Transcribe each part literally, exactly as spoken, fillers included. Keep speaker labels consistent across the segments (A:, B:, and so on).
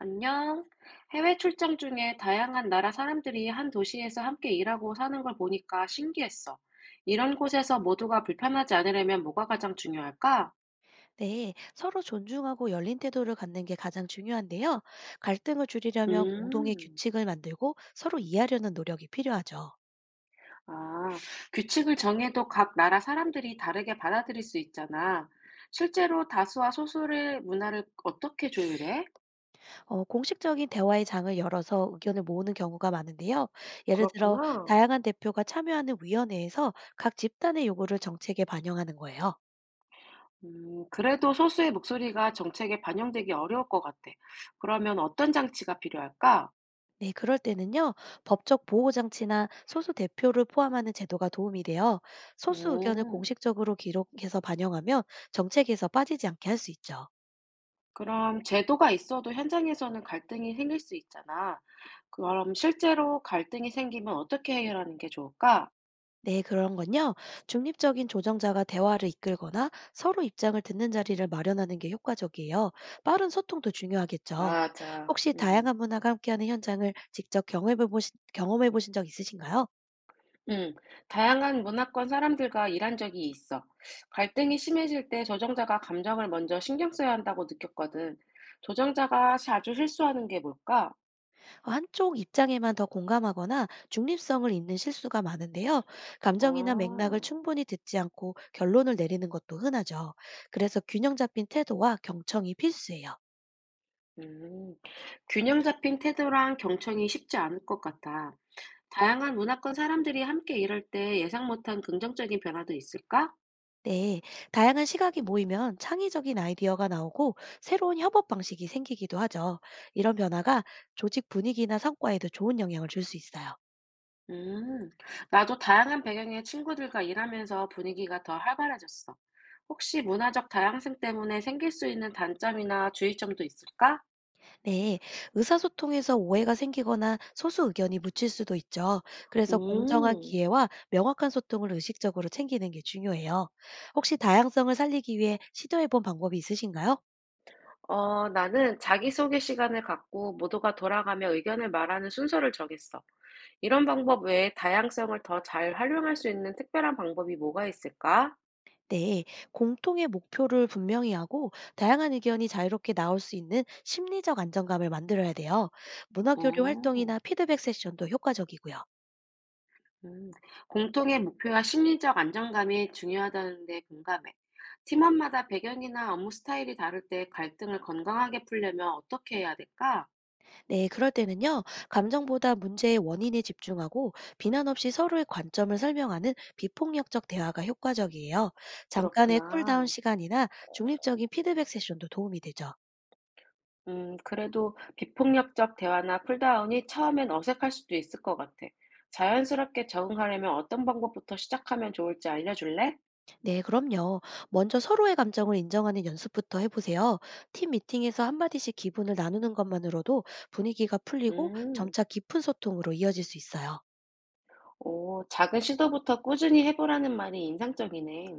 A: 안녕. 해외 출장 중에 다양한 나라 사람들이 한 도시에서 함께 일하고 사는 걸 보니까 신기했어. 이런 곳에서 모두가 불편하지 않으려면 뭐가 가장 중요할까?
B: 네, 서로 존중하고 열린 태도를 갖는 게 가장 중요한데요. 갈등을 줄이려면 공동의
A: 음,
B: 규칙을 만들고 서로 이해하려는 노력이 필요하죠.
A: 아, 규칙을 정해도 각 나라 사람들이 다르게 받아들일 수 있잖아. 실제로 다수와 소수의 문화를 어떻게 조율해?
B: 어, 공식적인 대화의 장을 열어서 의견을 모으는 경우가 많은데요. 예를 들어,
A: 그렇구나.
B: 다양한 대표가 참여하는 위원회에서 각 집단의 요구를 정책에 반영하는 거예요.
A: 음, 그래도 소수의 목소리가 정책에 반영되기 어려울 것 같아. 그러면 어떤 장치가 필요할까?
B: 네, 그럴 때는요, 법적 보호장치나 소수 대표를 포함하는 제도가 도움이 돼요. 소수 의견을
A: 음.
B: 공식적으로 기록해서 반영하면 정책에서 빠지지 않게 할 수 있죠.
A: 그럼 제도가 있어도 현장에서는 갈등이 생길 수 있잖아. 그럼 실제로 갈등이 생기면 어떻게 해결하는 게 좋을까?
B: 네, 그런 건요. 중립적인 조정자가 대화를 이끌거나 서로 입장을 듣는 자리를 마련하는 게 효과적이에요. 빠른 소통도 중요하겠죠.
A: 맞아.
B: 혹시
A: 음,
B: 다양한 문화가 함께하는 현장을 직접 경험해 보신, 경험해 보신 적 있으신가요?
A: 음. 다양한 문화권 사람들과 일한 적이 있어. 갈등이 심해질 때 조정자가 감정을 먼저 신경 써야 한다고 느꼈거든. 조정자가 자주 실수하는 게 뭘까?
B: 어, 한쪽 입장에만 더 공감하거나 중립성을 잇는 실수가 많은데요. 감정이나
A: 아,
B: 맥락을 충분히 듣지 않고 결론을 내리는 것도 흔하죠. 그래서 균형 잡힌 태도와 경청이 필수예요.
A: 음. 균형 잡힌 태도랑 경청이 쉽지 않을 것 같아. 다양한 문화권 사람들이 함께 일할 때 예상 못한 긍정적인 변화도 있을까?
B: 네, 다양한 시각이 모이면 창의적인 아이디어가 나오고 새로운 협업 방식이 생기기도 하죠. 이런 변화가 조직 분위기나 성과에도 좋은 영향을 줄 수 있어요.
A: 음, 나도 다양한 배경의 친구들과 일하면서 분위기가 더 활발해졌어. 혹시 문화적 다양성 때문에 생길 수 있는 단점이나 주의점도 있을까?
B: 네, 의사소통에서 오해가 생기거나 소수 의견이 묻힐 수도 있죠. 그래서 공정한
A: 음,
B: 기회와 명확한 소통을 의식적으로 챙기는 게 중요해요. 혹시 다양성을 살리기 위해 시도해본 방법이 있으신가요?
A: 어, 나는 자기소개 시간을 갖고 모두가 돌아가며 의견을 말하는 순서를 정했어. 이런 방법 외에 다양성을 더 잘 활용할 수 있는 특별한 방법이 뭐가 있을까?
B: 네, 공통의 목표를 분명히 하고 다양한 의견이 자유롭게 나올 수 있는 심리적 안정감을 만들어야 돼요. 문화 교류
A: 어.
B: 활동이나 피드백 세션도 효과적이고요.
A: 음, 공통의 목표와 심리적 안정감이 중요하다는데 공감해. 팀원마다 배경이나 업무 스타일이 다를 때 갈등을 건강하게 풀려면 어떻게 해야 될까?
B: 네, 그럴 때는요, 감정보다 문제의 원인에 집중하고 비난 없이 서로의 관점을 설명하는 비폭력적 대화가 효과적이에요. 잠깐의 쿨다운
A: 그렇구나.
B: 시간이나 중립적인 피드백 세션도 도움이 되죠.
A: 음, 그래도 비폭력적 대화나 쿨다운이 처음엔 어색할 수도 있을 것 같아. 자연스럽게 적응하려면 어떤 방법부터 시작하면 좋을지 알려줄래?
B: 네, 그럼요. 먼저 서로의 감정을 인정하는 연습부터 해보세요. 팀 미팅에서 한마디씩 기분을 나누는 것만으로도 분위기가 풀리고
A: 음,
B: 점차 깊은 소통으로 이어질 수 있어요.
A: 오, 작은 시도부터 꾸준히 해보라는 말이 인상적이네.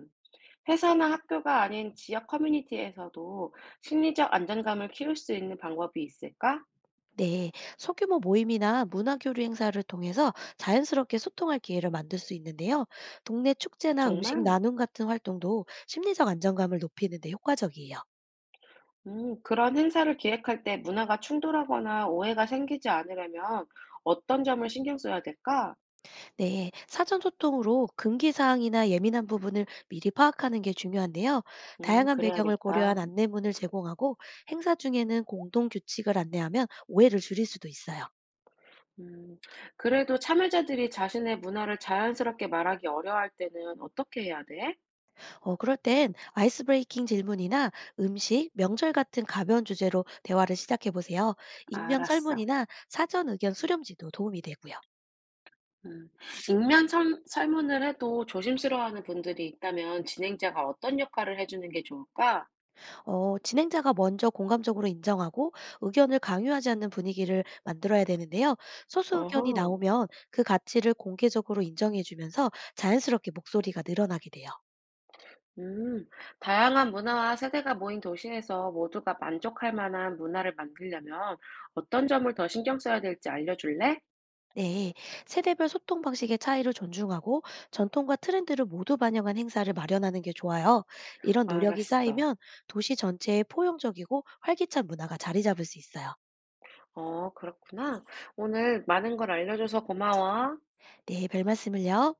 A: 회사나 학교가 아닌 지역 커뮤니티에서도 심리적 안정감을 키울 수 있는 방법이 있을까?
B: 네, 소규모 모임이나 문화교류 행사를 통해서 자연스럽게 소통할 기회를 만들 수 있는데요. 동네 축제나 음식
A: 정말?
B: 나눔 같은 활동도 심리적 안정감을 높이는 데 효과적이에요.
A: 음, 그런 행사를 기획할 때 문화가 충돌하거나 오해가 생기지 않으려면 어떤 점을 신경 써야 될까?
B: 네, 사전 소통으로 금기 사항이나 예민한 부분을 미리 파악하는 게 중요한데요.
A: 음,
B: 다양한 배경을
A: 그래야겠다.
B: 고려한 안내문을 제공하고 행사 중에는 공동 규칙을 안내하면 오해를 줄일 수도 있어요.
A: 음, 그래도 참여자들이 자신의 문화를 자연스럽게 말하기 어려워할 때는 어떻게 해야 돼?
B: 어, 그럴 땐 아이스 브레이킹 질문이나 음식, 명절 같은 가벼운 주제로 대화를 시작해 보세요. 익명
A: 알았어.
B: 설문이나 사전 의견 수렴지도 도움이 되고요.
A: 음, 익명 설, 설문을 해도 조심스러워하는 분들이 있다면 진행자가 어떤 역할을 해주는 게 좋을까?
B: 어 진행자가 먼저 공감적으로 인정하고 의견을 강요하지 않는 분위기를 만들어야 되는데요. 소수
A: 어허.
B: 의견이 나오면 그 가치를 공개적으로 인정해 주면서 자연스럽게 목소리가 늘어나게 돼요.
A: 음. 다양한 문화와 세대가 모인 도시에서 모두가 만족할 만한 문화를 만들려면 어떤 점을 더 신경 써야 될지 알려줄래?
B: 네. 세대별 소통 방식의 차이를 존중하고 전통과 트렌드를 모두 반영한 행사를 마련하는 게 좋아요. 이런 노력이
A: 알았어.
B: 쌓이면 도시 전체에 포용적이고 활기찬 문화가 자리 잡을 수 있어요.
A: 어, 그렇구나. 오늘 많은 걸 알려줘서 고마워.
B: 네, 별 말씀을요.